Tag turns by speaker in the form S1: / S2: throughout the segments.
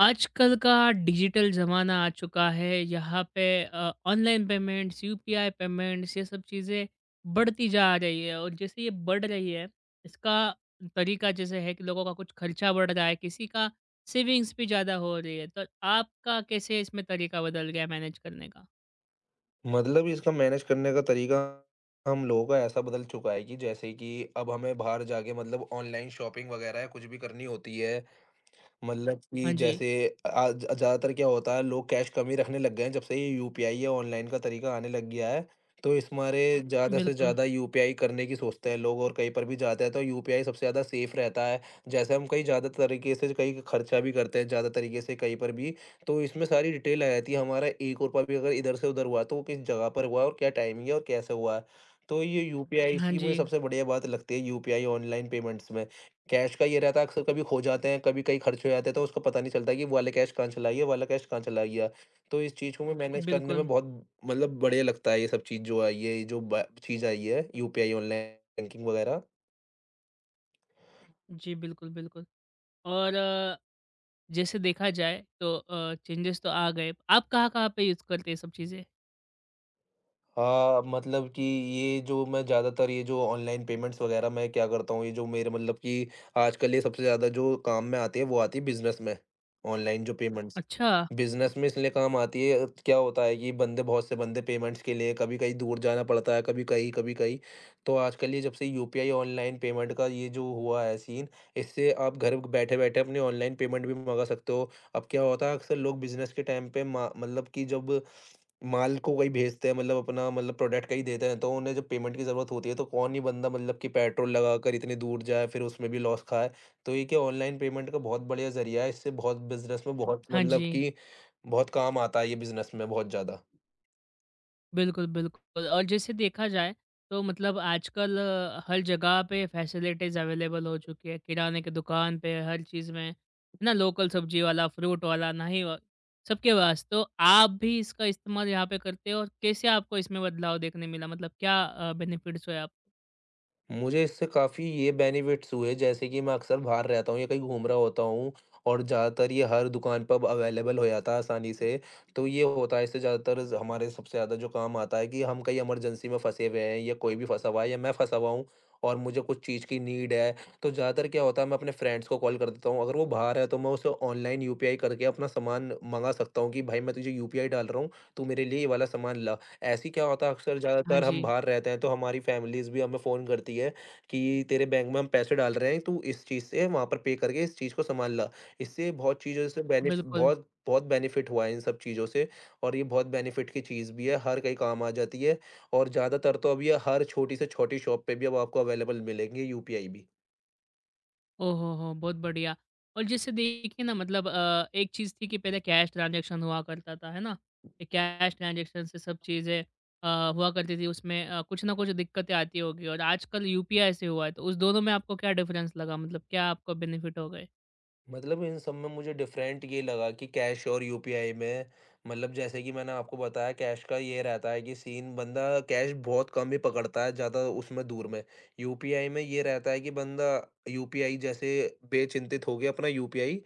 S1: आजकल का डिजिटल ज़माना आ चुका है यहाँ पे। ऑनलाइन पेमेंट्स, यूपीआई पेमेंट्स, ये सब चीज़ें बढ़ती जा रही है। और जैसे ये बढ़ रही है, इसका तरीका जैसे है कि लोगों का कुछ खर्चा बढ़ रहा है, किसी का सेविंग्स भी ज़्यादा हो रही है। तो आपका कैसे इसमें तरीका बदल गया मैनेज करने का?
S2: मतलब इसका मैनेज करने का तरीका हम लोगों का ऐसा बदल चुका है कि जैसे कि अब हमें बाहर जाके मतलब ऑनलाइन शॉपिंग वगैरह कुछ भी करनी होती है, मतलब
S1: हाँ
S2: कि
S1: जी।
S2: जैसे आज ज़्यादातर क्या होता है, लोग कैश कम ही रखने लग गए हैं जब से ये यूपीआई या ऑनलाइन का तरीका आने लग गया है। तो इस मारे ज़्यादा से
S1: बिल्कुल।
S2: ज़्यादा यूपीआई करने की सोचते हैं लोग, और कहीं पर भी जाते हैं तो यूपीआई सबसे ज़्यादा सेफ रहता है। जैसे हम कहीं ज़्यादा तरीके से कहीं खर्चा भी करते हैं, ज़्यादा तरीके से कहीं पर भी, तो इसमें सारी डिटेल आ जाती है। हमारा ₹1 भी अगर इधर से उधर हुआ तो वो किस जगह पर हुआ और क्या टाइमिंग है और कैसे हुआ है। तो ये यूपीआई,
S1: हाँ
S2: इसकी मुझे
S1: जी।
S2: सबसे बढ़िया बात लगती है यूपीआई ऑनलाइन पेमेंट्स में। कैश का ये रहता है, अक्सर कभी खो जाते हैं, कभी कहीं खर्च हो जाते हैं, तो उसको पता नहीं चलता कि वो वाला कैश कहाँ चला गया, वो वाला कैश कहाँ चला गया। तो इस चीज़ को भी मैनेज करने में
S1: बिल्कुल।
S2: बहुत मतलब बढ़िया लगता है ये सब चीज़ जो आई है, ये जो ब चीज़ आई है यूपीआई ऑनलाइन बैंकिंग वगैरह।
S1: जी, बिल्कुल, बिल्कुल। और जैसे देखा जाए तो चेंजेस तो आ गए। आप कहाँ-कहाँ पे यूज़ करते हैं ये सब चीज़ें?
S2: हाँ, मतलब कि ये जो मैं ज़्यादातर ये जो ऑनलाइन पेमेंट्स वगैरह मैं क्या करता हूँ, ये जो मेरे मतलब कि आजकल ये सबसे ज़्यादा जो काम में आती है, वो आती है बिज़नेस में, ऑनलाइन जो पेमेंट्स।
S1: अच्छा।
S2: बिज़नेस में इसलिए काम आती है, क्या होता है कि बंदे बहुत से बंदे पेमेंट्स के लिए कभी कहीं दूर जाना पड़ता है, कभी कहीं, कभी कहीं। तो आजकल ये जब से यूपीआई ऑनलाइन पेमेंट का ये जो हुआ है सीन, इससे आप घर बैठे-बैठे अपनी ऑनलाइन पेमेंट भी मँगा सकते हो। अब क्या होता है, अक्सर लोग बिज़नेस के टाइम पे मा मतलब कि जब माल को वही भेजते हैं, मतलब अपना मतलब प्रोडक्ट का ही देते हैं, तो उन्हें जब पेमेंट की ज़रूरत होती है तो कौन ही बंदा मतलब कि पेट्रोल लगाकर इतनी दूर जाए फिर उसमें भी लॉस खाए। तो ये क्या ऑनलाइन पेमेंट का बहुत बढ़िया ज़रिया है, इससे बहुत बिज़नेस में बहुत
S1: हाँ
S2: मतलब
S1: जी,
S2: कि बहुत काम आता है ये बिज़नेस में बहुत ज़्यादा।
S1: बिल्कुल, बिल्कुल। और जैसे देखा जाए तो मतलब आजकल हर जगह पे फैसिलिटीज़ अवेलेबल हो चुकी है। किराने की दुकान पे, हर चीज़ में, है ना? लोकल सब्ज़ी वाला, फ्रूट वाला, नाई वा सबके पास। तो आप भी इसका इस्तेमाल यहाँ पे करते हो। और कैसे आपको इसमें बदलाव देखने मिला? मतलब क्या बेनिफिट्स हुए आपको?
S2: मुझे इससे काफ़ी ये बेनिफिट्स हुए, जैसे कि मैं अक्सर बाहर रहता हूँ या कहीं घूम रहा होता हूँ, और ज़्यादातर ये हर दुकान पर अवेलेबल हो जाता है आसानी से। तो ये होता है, इससे ज़्यादातर ज़ हमारे सबसे ज़्यादा जो काम आता है कि हम कहीं इमरजेंसी में फँसे हुए हैं या कोई भी फँसा हुआ है या मैं फँसा हुआ हूँ, और मुझे कुछ चीज़ की नीड है, तो ज़्यादातर क्या होता है, मैं अपने फ्रेंड्स को कॉल कर देता हूँ। अगर वो बाहर है तो मैं उसे ऑनलाइन यूपीआई करके अपना सामान मँगा सकता हूँ कि भाई मैं तुझे यूपीआई डाल रहा हूँ, तू मेरे लिए ये वाला सामान ला। ऐसी क्या होता है, अक्सर
S1: हाँ
S2: ज़्यादातर
S1: जी,
S2: हम बाहर रहते हैं तो हमारी फैमिलीज़ भी हमें फ़ोन करती है कि तेरे बैंक में हम पैसे डाल रहे हैं, तू इस चीज़ से वहाँ पर पे करके इस चीज़ को सँभाल ला। इससे बहुत चीज़ों से बेनिफ
S1: बिल्कुल।
S2: बहुत बहुत बेनिफिट हुआ है इन सब चीज़ों से, और ये बहुत बेनिफिट की चीज़ भी है, हर कहीं काम आ जाती है, और ज़्यादातर तो अब ये हर छोटी से छोटी शॉप पे भी अब आपको अवेलेबल मिलेंगी यूपीआई भी।
S1: ओहो हो! बहुत बढ़िया। और जैसे देखिए ना, मतलब एक चीज़ थी कि पहले कैश ट्रांज़ैक्शन हुआ करता था, है ना? ये कैश ट्रांज़ैक्शन से सब चीज़ें हुआ करती थी। उसमें कुछ ना कुछ दिक्कतें आती होंगी, और आजकल यूपीआई से हुआ है, तो उस दोनों में आपको क्या डिफ़रेंस लगा? मतलब क्या आपको बेनिफिट हो गए?
S2: मतलब इन सब में मुझे डिफरेंट ये लगा कि कैश और यूपीआई में मतलब जैसे कि मैंने आपको बताया, कैश का ये रहता है कि सीन बंदा कैश बहुत कम ही पकड़ता है ज़्यादा उसमें दूर में। यूपीआई में ये रहता है कि बंदा यूपीआई जैसे बेचिंतित हो गया, अपना यूपीआई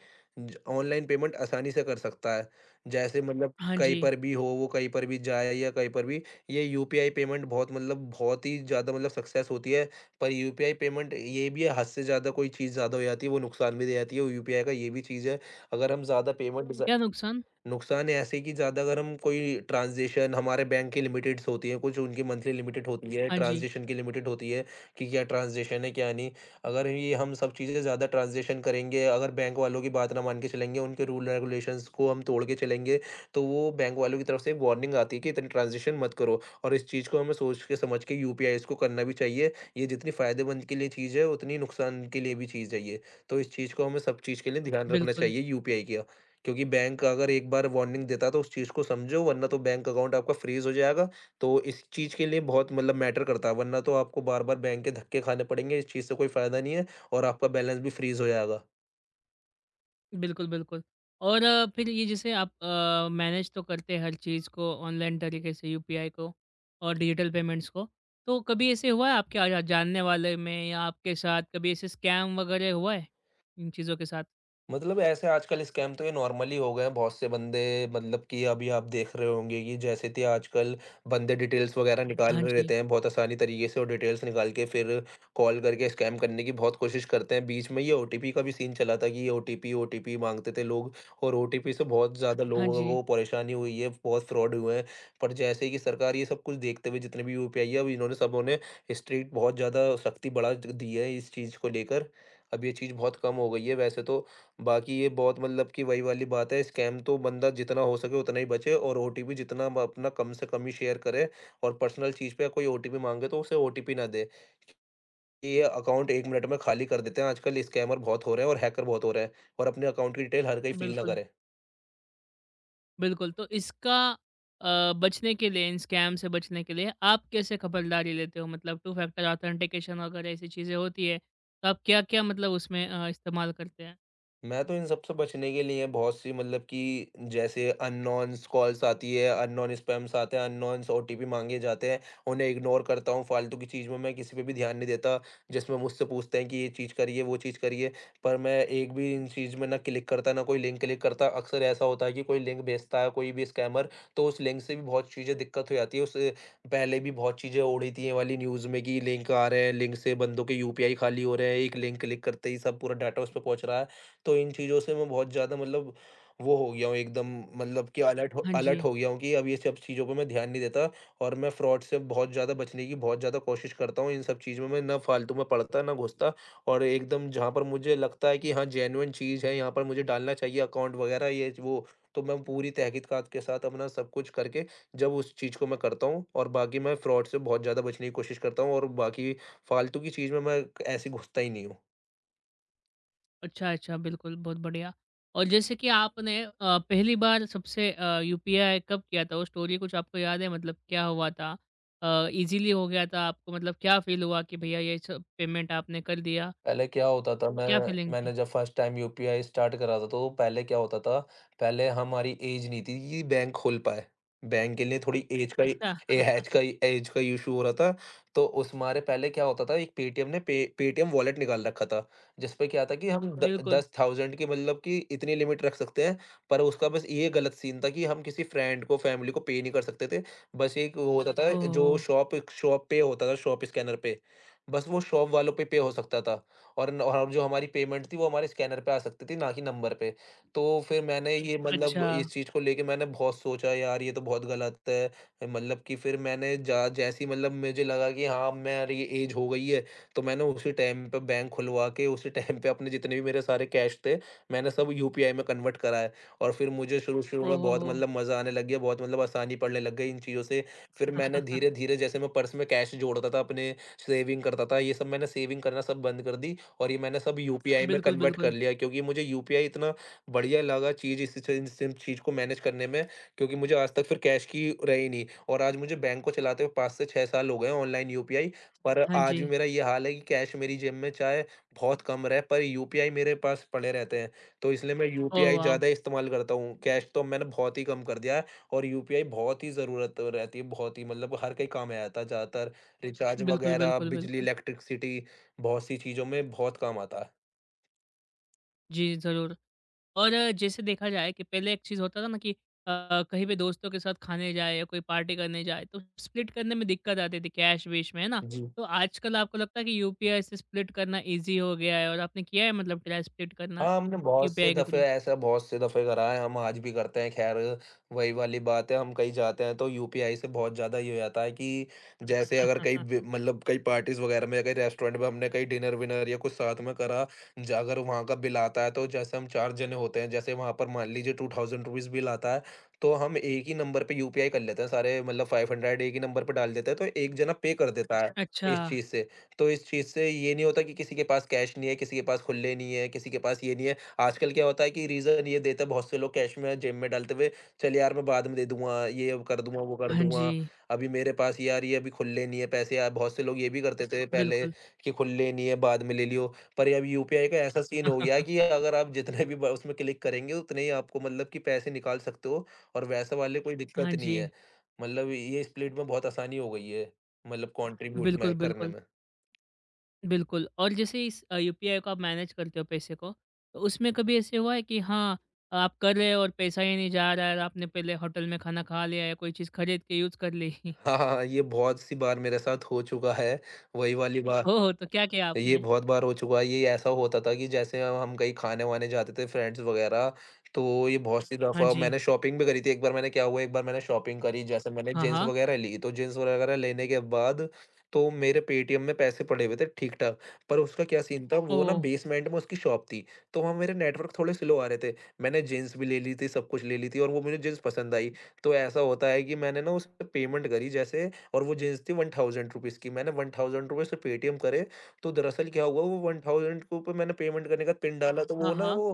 S2: ऑनलाइन पेमेंट आसानी से कर सकता है, जैसे मतलब
S1: हाँ
S2: कहीं
S1: जी।
S2: पर भी हो, वो कहीं पर भी जाए या कहीं पर भी, ये यूपीआई पेमेंट बहुत मतलब बहुत ही ज़्यादा मतलब सक्सेस होती है। पर यूपीआई पेमेंट ये भी है, हद से ज़्यादा कोई चीज़ ज़्यादा हो जाती है, वो नुकसान भी दे जाती है, वो यूपीआई का ये भी चीज़ है, अगर हम ज़्यादा पेमेंट ज़
S1: क्या नुकसान?
S2: नुकसान ऐसे कि ज़्यादा अगर हम कोई ट्रांज़ैक्शन, हमारे बैंक की लिमिटेड्स होती हैं, कुछ उनकी मंथली लिमिटेड होती जी। है,
S1: हाँ जी,
S2: ट्रांज़ैक्शन की लिमिटेड होती है कि क्या ट्रांज़ैक्शन है, क्या नहीं। अगर ये हम सब चीज़ें ज़्यादा ट्रांज़ैक्शन करेंगे, अगर बैंक वालों की बात ना मान के चलेंगे, उनके रूल रेगुलेशंस को हम तोड़ के चलेंगे, तो वो बैंक वालों की तरफ से एक वार्निंग आती है कि इतनी ट्रांज़ैक्शन मत करो, और इस चीज़ को हमें सोच के समझ के यूपीआईज़ को करना भी चाहिए। ये जितनी फ़ायदेमंद के लिए चीज़ है, उतनी नुकसान के लिए भी चीज़ है ये। तो इस चीज़ को हमें सब चीज़ के लिए ध्यान रखना
S1: बिल्कुल।
S2: चाहिए यूपीआई का। क्योंकि बैंक अगर एक बार वार्निंग देता है तो उस चीज़ को समझो, वरना तो बैंक अकाउंट आपका फ्रीज़ हो जाएगा। तो इस चीज़ के लिए बहुत मतलब मैटर करता है, वरना तो आपको बार-बार बैंक के धक्के खाने पड़ेंगे, इस चीज़ से कोई फ़ायदा नहीं है, और आपका बैलेंस भी फ्रीज़ हो जाएगा।
S1: बिल्कुल, बिल्कुल। और फिर ये जैसे आप मैनेज तो करते हैं हर चीज़ को ऑनलाइन तरीके से, यूपीआई को और डिजिटल पेमेंट्स को। तो कभी ऐसे हुआ है आपके आ जा जानने वाले में, या आपके साथ कभी ऐसे स्कैम वगैरह हुआ है इन चीज़ों के साथ?
S2: मतलब ऐसे आजकल स्कैम तो ये नॉर्मल ही हो गए हैं, बहुत से बंदे मतलब कि अभी आप देख रहे होंगे कि जैसे थे आजकल बंदे डिटेल्स वगैरह निकाल
S1: हाँ
S2: रहे
S1: जी।
S2: रहते हैं बहुत आसानी तरीके से, और डिटेल्स निकाल के फिर कॉल करके स्कैम करने की बहुत कोशिश करते हैं। बीच में ये ओटीपी का भी सीन चला था कि ये ओटीपी ओटीपी माँगते थे लोग, और ओटीपी से बहुत ज़्यादा
S1: हाँ
S2: लोगों
S1: जी।
S2: को परेशानी हुई है, बहुत फ्रॉड हुए हैं। पर जैसे ही कि सरकार ये सब कुछ देखते हुए, जितने भी यूपीआई है अब, इन्होंने सबों ने स्ट्रिक्ट बहुत ज़्यादा सख्ती बढ़ा दी है इस चीज़ को लेकर। अब ये चीज़ बहुत कम हो गई है वैसे तो, बाकी ये बहुत मतलब कि वही वाली बात है, स्कैम तो बंदा जितना हो सके उतना ही बचे, और ओटीपी जितना ब अपना कम से कम ही शेयर करे, और पर्सनल चीज़ पे कोई ओटीपी माँगे तो उसे ओटीपी ना दे। ये अकाउंट 1 मिनट में खाली कर देते हैं, आजकल स्कैमर बहुत हो रहे हैं और हैकर बहुत हो रहे हैं, और अपने अकाउंट की डिटेल हर कोई फ़ील ना
S1: बिल्कुल,
S2: करे।
S1: बिल्कुल। तो इसका बचने के लिए, इन स्कैम से बचने के लिए आप कैसे खबरदारी लेते हो? मतलब टू फैक्टर ऑथेंटिकेशन वगैरह ऐसी चीज़ें होती है, तो आप क्या-क्या मतलब उसमें इस्तेमाल करते हैं?
S2: मैं तो इन सब से बचने के लिए बहुत सी मतलब कि जैसे अननोन्स कॉल्स आती है, अननोन स्पैम्स आते हैं, अननोन्स ओटीपी माँगे जाते हैं, उन्हें इग्नोर करता हूँ, फालतू की चीज़ में मैं किसी पे भी ध्यान नहीं देता, जिसमें मुझसे पूछते हैं कि ये चीज़ करिए, वो चीज़ करिए, पर मैं एक भी इन चीज़ में ना क्लिक करता, ना कोई लिंक क्लिक करता। अक्सर ऐसा होता है कि कोई लिंक भेजता है कोई भी स्कैमर, तो उस लिंक से भी बहुत चीज़ें दिक्कत हो जाती है, उससे पहले भी बहुत चीज़ें उड़ी थी ये वाली न्यूज़ में कि लिंक आ रहे हैं, लिंक से बंदों के यूपीआई खाली हो रहे हैं, एक लिंक क्लिक करते ही सब पूरा डाटा उस पे पहुँच रहा है। तो इन चीज़ों से मैं बहुत ज़्यादा मतलब वो हो गया हूँ एकदम, मतलब कि
S1: हाँ
S2: अलर्ट
S1: जी।
S2: हो गया हूँ कि अब ये सब चीज़ों पे मैं ध्यान नहीं देता, और मैं फ्रॉड से बहुत ज़्यादा बचने की बहुत ज़्यादा कोशिश करता हूँ। इन सब चीज़ में मैं ना फालतू में पड़ता, ना घुसता, और एकदम जहाँ पर मुझे लगता है कि हाँ, जेन्युइन चीज़ है, यहाँ पर मुझे डालना चाहिए अकाउंट वग़ैरह ये वो, तो मैं पूरी तहक़ीक़ात के साथ अपना सब कुछ करके जब उस चीज़ को मैं करता हूँ, और बाकी मैं फ्रॉड से बहुत ज़्यादा बचने की कोशिश करता हूँ, और बाकी फालतू की चीज़ में मैं क ऐसे घुसता ही नहीं हूँ।
S1: अच्छा, अच्छा, बिल्कुल, बहुत बढ़िया। और जैसे कि आपने पहली बार सबसे यूपीआई कब किया था? वो स्टोरी कुछ आपको याद है, मतलब क्या हुआ था? ईज़िली हो गया था आपको? मतलब क्या फ़ील हुआ कि भैया ये सब पेमेंट आपने कर दिया?
S2: पहले क्या होता था, मैं
S1: क्या फ़ीलिंग थी?
S2: मैंने जब फर्स्ट टाइम यूपीआई स्टार्ट करा था, तो पहले क्या होता था, पहले हमारी एज नहीं थी कि बैंक खोल पाए, बैंक के लिए थोड़ी
S1: अच्छा, हाँ, हाँ,
S2: एज का एज का इशू हो रहा था। तो उस मारे पहले क्या होता था, एक पेटीएम ने पे पेटीएम वॉलेट निकाल रखा था, जिस पे क्या था कि हम द,
S1: बिल्कुल।
S2: दस थाउजेंड की मतलब कि इतनी लिमिट रख सकते हैं। पर उसका बस ये गलत सीन था कि हम किसी फ्रेंड को, फैमिली को पे नहीं कर सकते थे, बस एक वो होता था जो
S1: ओह!
S2: शॉप शॉप पे होता था, शॉप स्कैनर पे। बस वो शॉप वालों पे पे हो सकता था, और न और जो हमारी पेमेंट थी वो हमारे स्कैनर पे आ सकती थी, ना कि नंबर पे। तो फिर मैंने ये मतलब
S1: अच्छा,
S2: इस चीज़ को लेके मैंने बहुत सोचा, यार ये तो बहुत गलत है। मतलब कि फिर मैंने जा जैसे ही मतलब मुझे लगा कि हाँ, मेरी ये एज हो गई है, तो मैंने उसी टाइम पे बैंक खुलवा के उसी टाइम पे अपने जितने भी मेरे सारे कैश थे, मैंने सब यूपीआई में कन्वर्ट कराए। और फिर मुझे शुरू-शुरू
S1: ओ
S2: में बहुत
S1: हो
S2: मतलब मज़ा आने लग गया, बहुत मतलब आसानी पड़ने लग गई इन चीज़ों से। फिर मैंने
S1: हो!
S2: धीरे-धीरे जैसे मैं पर्स में कैश जोड़ता था अपने, सेविंग करता था, ये सब मैंने सेविंग करना सब बंद कर दी। और ये मैंने सब यूपीआई में
S1: बिल्कुल,
S2: कन्वर्ट कर
S1: बिल्कुल।
S2: लिया क्योंकि मुझे यूपीआई इतना बढ़िया लगा चीज़ इस चीज़ को मैनेज करने में। क्योंकि मुझे आज तक फिर कैश की रही नहीं, और आज मुझे बैंक को चलाते हुए 5 से 6 साल हो गए हैं ऑनलाइन यूपीआई। पर
S1: हाँ
S2: आज भी
S1: जी।
S2: मेरा ये हाल है कि कैश मेरी जेब में चाहे बहुत कम रहे, पर यूपीआई मेरे पास पड़े रहते हैं। तो इसलिए मैं
S1: ओह
S2: यूपीआई
S1: वाओ!
S2: ज़्यादा इस्तेमाल करता हूँ। कैश तो मैंने बहुत ही कम कर दिया है, और यूपीआई बहुत ही ज़रूरत रहती है, बहुत ही मतलब हर कहीं काम में आता है। ज़्यादातर रिचार्ज
S1: बिल्कुल,
S2: वगैरह,
S1: बिल्कुल,
S2: बिजली,
S1: बिल्कुल।
S2: इलेक्ट्रिसिटी, बहुत-सी चीज़ों में बहुत काम आता है।
S1: जी, ज़रूर। और जैसे देखा जाए कि पहले एक चीज़ होता था ना कि कहीं पे दोस्तों के साथ खाने जाए या कोई पार्टी करने जाए, तो स्प्लिट करने में दिक्कत आती थी कैश वेश में, है ना?
S2: जी।
S1: तो आजकल आपको लगता है कि यूपीआई से स्प्लिट करना इजी हो गया है? और आपने किया है, मतलब ट्राई स्प्लिट करना
S2: हाँ, हमने बहुत से
S1: यूपीआई के
S2: दफ़े
S1: थ्रू?
S2: ऐसा बहुत से दफ़े करा है, हम आज भी करते हैं। ख़ैर वही वाली बात है, हम कहीं जाते हैं तो यूपीआई से बहुत ज़्यादा ये हो जाता है कि जैसे अगर कहीं ब मतलब कहीं पार्टीज़ वग़ैरह में या कहीं रेस्टोरेंट में हमने कहीं डिनर-विनर या कुछ साथ में करा, ज अगर वहाँ का बिल आता है, तो जैसे हम 4 जने होते हैं, जैसे वहाँ पर मान लीजिए ₹2000 बिल आता है, तो हम एक ही नंबर पे यूपीआई कर लेते हैं सारे, मतलब 500 एक ही नंबर पे डाल देते हैं, तो एक जना पे कर देता है
S1: अच्छा।
S2: इस चीज़ से। तो इस चीज़ से ये नहीं होता कि किसी के पास कैश नहीं है, किसी के पास खुले नहीं है, किसी के पास ये नहीं है। आजकल क्या होता है कि रीज़न ये देते हैं बहुत से लोग कैश में जेब में डालते हुए, "चल यार मैं बाद में दे दूँगा, ये अब कर दूँगा, वो कर
S1: हाँ जी,
S2: दूँगा। अभी मेरे पास यार ये अभी खुले नहीं है पैसे।" यार, बहुत से लोग ये भी करते थे पहले
S1: बिल्कुल।
S2: कि खुले नहीं है, बाद में ले लियो। पर अब यूपीआई का ऐसा सीन हो गया है कि अगर आप जितने भी ब उसमें क्लिक करेंगे उतने ही आपको मतलब कि पैसे निकाल सकते हो, और वैसा वाले कोई
S1: हाँ
S2: दिक्कत नहीं
S1: जी,
S2: है। मतलब ये स्प्लिट में बहुत आसानी हो गई है, मतलब कंट्रीब्यूट
S1: बिल्कुल,
S2: में करने
S1: बिल्कुल।
S2: में।
S1: बिल्कुल, और जैसे इस यूपीआई को आप मैनेज करते हो पैसे को, तो उसमें कभी ऐसे हुआ है कि हाँ, आप कर रहे हो और पैसा ही नहीं जा रहा है, और आपने पहले होटल में खाना खा लिया या कोई चीज़ खरीद के यूज़ कर ली?
S2: हाँ, हाँ, हाँ, ये बहुत-सी बार मेरे साथ हो चुका है, वही वाली बा
S1: ओह! तो क्या किया
S2: तो ये
S1: आपने?
S2: बहुत बार हो चुका है। ये ऐसा होता था कि जैसे हम कहीं खाने-वाने जाते थे फ्रेंड्स वगैरह, तो ये बहुत सी
S1: हाँ
S2: दफ़ा
S1: जी।
S2: मैंने शॉपिंग भी करी थी। एक बार मैंने क्या हुआ, एक बार मैंने शॉपिंग करी जैसे मैंने
S1: हाँ,
S2: जीन्स
S1: हाँ।
S2: वगैरह ली, तो जीन्स वगैरह लेने के बाद, तो मेरे पेटीएम में पैसे पड़े हुए थे ठीक-ठाक, पर उसका क्या सीन था वो ना
S1: ओह!
S2: बेसमेंट में उसकी शॉप थी, तो वहाँ मेरे नेटवर्क थोड़े स्लो आ रहे थे। मैंने जीन्स भी ले ली थी, सब कुछ ले ली थी, और वो मुझे जीन्स पसंद आई। तो ऐसा होता है कि मैंने ना उस पे पेमेंट करी जैसे, और वो जीन्स थी ₹1000 की। मैंने ₹1000 से पेटीएम करे, तो दरअसल क्या हुआ, वो 1000 के ऊपर मैंने पेमेंट करने का पिन डाला, तो
S1: हाँ,
S2: वो ना
S1: हाँ।
S2: वो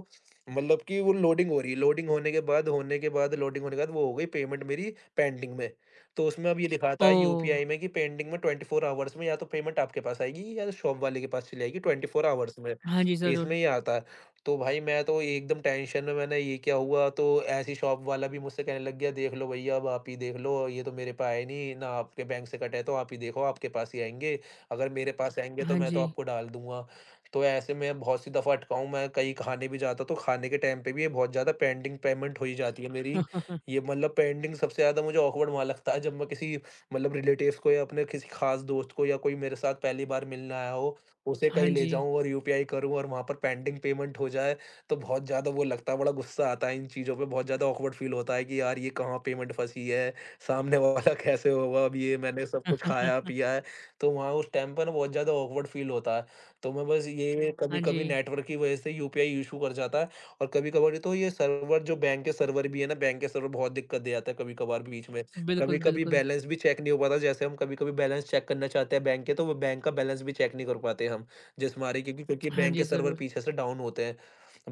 S2: मतलब कि वो लोडिंग हो रही है, लोडिंग होने के बाद लोडिंग होने के बाद वो हो गई पेमेंट मेरी पेंडिंग में। तो उसमें अब ये लिखा था
S1: ओह!
S2: यूपीआई में कि पेंडिंग में 24 आवर्स में या तो पेमेंट आपके पास आएगी या शॉप वाले के पास चली जाएगी 24 आवर्स में,
S1: हाँ जी, ज़रूर।
S2: इसमें ये आता है। तो भाई मैं तो एकदम टेंशन में, मैंने ये क्या हुआ? तो ऐसी शॉप वाला भी मुझसे कहने लग गया, देख लो भैया, अब आप ही देख लो, ये तो मेरे पे आए नहीं ना, आपके बैंक से कटे, तो आप ही देखो, आपके पास ही आएँगे। अगर मेरे पास आएँगे तो
S1: हाँ
S2: मैं तो
S1: जी।
S2: आपको डाल दूँगा। तो ऐसे मैं बहुत सी दफ़ा अटका हूँ। मैं कहीं खाने भी जाता हूँ तो खाने के टाइम पे भी ये बहुत ज़्यादा पेंडिंग पेमेंट हो ही जाती है मेरी। ये मतलब पेंडिंग सबसे ज़्यादा मुझे ऑकवर्ड वहाँ लगता है, जब मैं किसी मतलब रिलेटिव्स को या अपने किसी ख़ास दोस्त को या कोई मेरे साथ पहली बार मिलने आया हो, उसे
S1: हाँ
S2: कहीं ले
S1: जी।
S2: जाऊँ और यूपीआई करूँ और वहाँ पर पेंडिंग पेमेंट हो जाए, तो बहुत ज़्यादा वो लगता है, बड़ा गुस्सा आता है इन चीज़ों पे, बहुत ज़्यादा ऑकवर्ड फ़ील होता है कि यार ये कहाँ पेमेंट फँसी है, सामने वाला कैसे होगा अब, ये मैंने सब कुछ खाया-पिया है। तो वहाँ उस टाइम पर ना बहुत ज़्यादा ऑकवर्ड फ़ील होता है। तो मैं बस ये,
S1: हाँ जी।
S2: कभी-कभी नेटवर्क की वजह से यूपीआई इश्यू कर जाता है, और कभी-कभार तो ये सर्वर, जो बैंक के सर्वर भी है ना, बैंक के सर्वर बहुत दिक्कत दे जाता है कभी-कभार बीच में।
S1: बिल्कुल,
S2: कभी-कभी
S1: बिल्कुल।
S2: बैलेंस भी चेक नहीं हो पाता, जैसे हम कभी-कभी बैलेंस चेक करना चाहते हैं बैंक के, तो वो बैंक का बैलेंस भी चेक नहीं कर पाते हम, जिस मारे क्योंकि क्योंकि
S1: हाँ
S2: बैंक
S1: जी,
S2: के सर्वर
S1: ज़रूर।
S2: पीछे से डाउन होते हैं।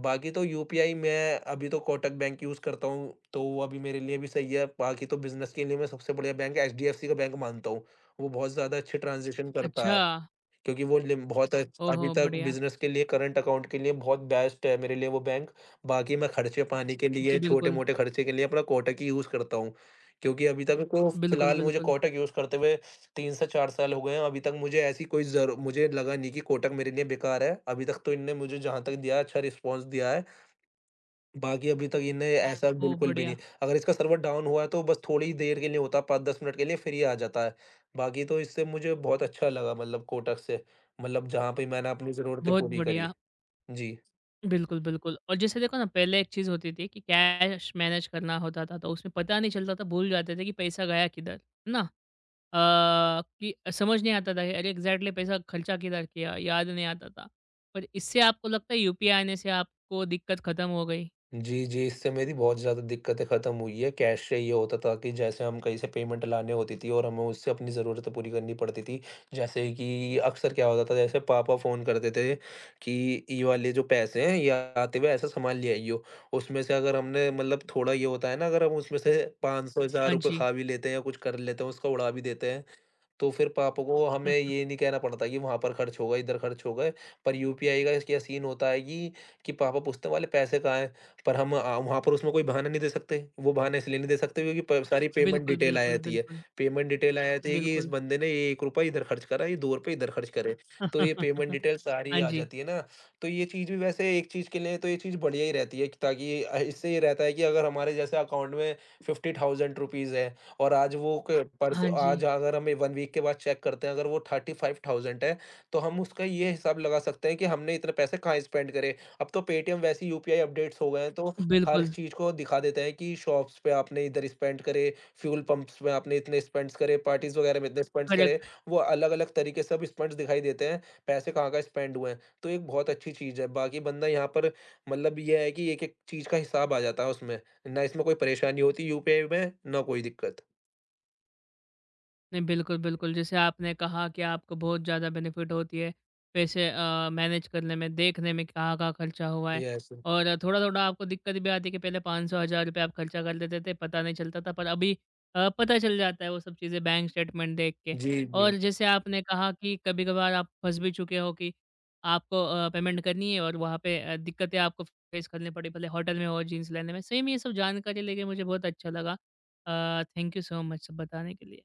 S2: बाकी तो यूपीआई मैं अभी तो कोटक बैंक यूज़ करता हूँ, तो वो अभी मेरे लिए भी सही है। बाकी तो बिज़नेस के लिए मैं सबसे बढ़िया बैंक एचडीएफसी का बैंक मानता हूँ। वो बहुत ज़्यादा अच्छे ट्रांज़िशन करता
S1: अच्छा।
S2: है, क्योंकि वो लिम बहुत अच्छ
S1: ओहो!
S2: अभी तक
S1: बढ़िया।
S2: बिज़नेस के लिए, करंट अकाउंट के लिए बहुत बेस्ट है मेरे लिए वो बैंक। बाकी मैं खर्चे पानी के
S1: जी,
S2: लिए,
S1: बिल्कुल।
S2: छोटे-मोटे खर्चे के लिए अपना कोटक ही यूज़ करता हूँ, क्योंकि अभी तक तो
S1: बिल्कुल,
S2: फ़िलहाल मुझे
S1: बिल्कुल।
S2: कोटक यूज़ करते हुए 3 से 4 साल हो गए हैं। अभी तक मुझे ऐसी कोई ज़रू मुझे लगा नहीं कि कोटक मेरे लिए बेकार है। अभी तक तो इनने मुझे जहाँ तक दिया है, अच्छा रिस्पॉन्स दिया है। बाकी अभी तक इन्हें ऐसा
S1: ओह!
S2: बिल्कुल भी
S1: बढ़िया।
S2: नहीं। अगर इसका सर्वर डाउन हुआ है तो बस थोड़ी ही देर के लिए होता है, 5-10 मिनट के लिए, फिर ये आ जाता है। बाकी तो इससे मुझे बहुत अच्छा लगा, मतलब कोटक से, मतलब जहाँ पे मैंने अपनी ज़रूरतें
S1: बहुत
S2: पूरी करी।
S1: बढ़िया।
S2: जी।
S1: बिल्कुल, बिल्कुल। और जैसे देखो ना, पहले एक चीज़ होती थी कि कैश मैनेज करना होता था, तो उसमें पता नहीं चलता था, भूल जाते थे कि पैसा गया किधर, है ना? अ, कि समझ नहीं आता था कि अरे एग्ज़ैक्टली पैसा खर्चा किधर किया, याद नहीं आता था। पर इससे आपको लगता है यूपीआई आने से आपको दिक्कत खत्म हो गई?
S2: जी, जी, इससे मेरी बहुत ज़्यादा दिक्कतें ख़त्म हुई है। कैश से ये होता था कि जैसे हम कहीं से पेमेंट लाने होती थी और हमें उससे अपनी ज़रूरतें पूरी करनी पड़ती थी। जैसे कि अक्सर क्या होता था, जैसे पापा फ़ोन करते थे कि ये वाले जो पैसे हैं ये आते हुए ऐसा सामान ले आइयो। उसमें से अगर हमने मतलब थोड़ा ये होता है ना, अगर हम उसमें से 500
S1: हाँ
S2: ₹1000
S1: जी।
S2: खा भी लेते हैं या कुछ कर लेते हैं, उसका उड़ा भी देते हैं, तो फिर पापा को हमें ये नहीं कहना पड़ता कि वहाँ पर खर्च हो गए, इधर खर्च हो गए। पर यूपीआई का क्या सीन होता है कि पापा पूछते हैं, "वाले पैसे कहाँ हैं?" पर हम वहाँ पर उसमें कोई बहाना नहीं दे सकते। वो बहाना इसलिए नहीं दे सकते क्योंकि प सारी पेमेंट
S1: बिल्कुल,
S2: डिटेल आ
S1: बिल्कुल,
S2: जाती है।
S1: बिल्कुल,
S2: पेमेंट डिटेल आ जाती है कि इस
S1: बिल्कुल।
S2: बंदे ने ये ₹1 इधर खर्च करा, ये ₹2 इधर खर्च करे। तो ये पेमेंट डिटेल सारी
S1: हाँ
S2: आ
S1: जी,
S2: जाती है ना, तो ये चीज़ भी वैसे एक चीज़ के लिए तो ये चीज़ बढ़िया ही रहती है, ताकि इससे ये रहता है कि अगर हमारे जैसे अकाउंट में ₹50,000 है, और आज वो क
S1: हाँ
S2: परसों,
S1: जी।
S2: आज अगर हमें 1 वीक के बाद चेक करते हैं, अगर वो 35,000 है, तो हम उसका ये हिसाब लगा सकते हैं कि हमने इतने पैसे कहाँ स्पेंड करे। अब तो पेटीएम वैसे ही यूपीआई अपडेट्स हो गए हैं, तो हर
S1: बिल्कुल,
S2: चीज़ को दिखा देते हैं कि शॉप्स पे आपने इधर स्पेंड करे, फ्यूल पंप्स में आपने इतने स्पेंड्स करे, पार्टीज़ वगैरह में इतने स्पेंड्स करे।
S1: करेक्ट।
S2: वो अलग-अलग तरीके से अब स्पेंड्स दिखाई देते हैं, पैसे कहाँ-कहाँ स्पेंड हुए हैं। तो एक बहुत अच्छी चीज़ है, बाकी बंदा यहाँ पर मतलब ये है कि एक-एक चीज़ का हिसाब आ जाता है उसमें, ना इसमें कोई परेशानी होती यूपीआई में, ना कोई दिक्कत।
S1: नहीं, बिल्कुल, बिल्कुल। जैसे आपने कहा कि आपको बहुत ज़्यादा बेनिफिट होती है, पैसे मैनेज करने में, देखने में कहाँ-कहाँ खर्चा हुआ है।
S2: यस।
S1: और थोड़ा-थोड़ा आपको दिक्कत भी आती है कि पहले 500 हज़ार रुपये आप खर्चा कर देते थे, पता नहीं चलता था, पर अभी पता चल जाता है वो सब चीज़ें बैंक स्टेटमेंट देख के।
S2: जी,
S1: और
S2: जी।
S1: जैसे आपने कहा कि कभी-कभार आप फँस भी चुके हो कि आपको पेमेंट करनी है और वहाँ पे दिक्कतें आपको फेस करनी पड़ी, भले होटल में हो, जीन्स लेने में। सही में ये सब जानकारी लेके मुझे बहुत अच्छा लगा। थैंक यू सो मच सब बताने के लिए।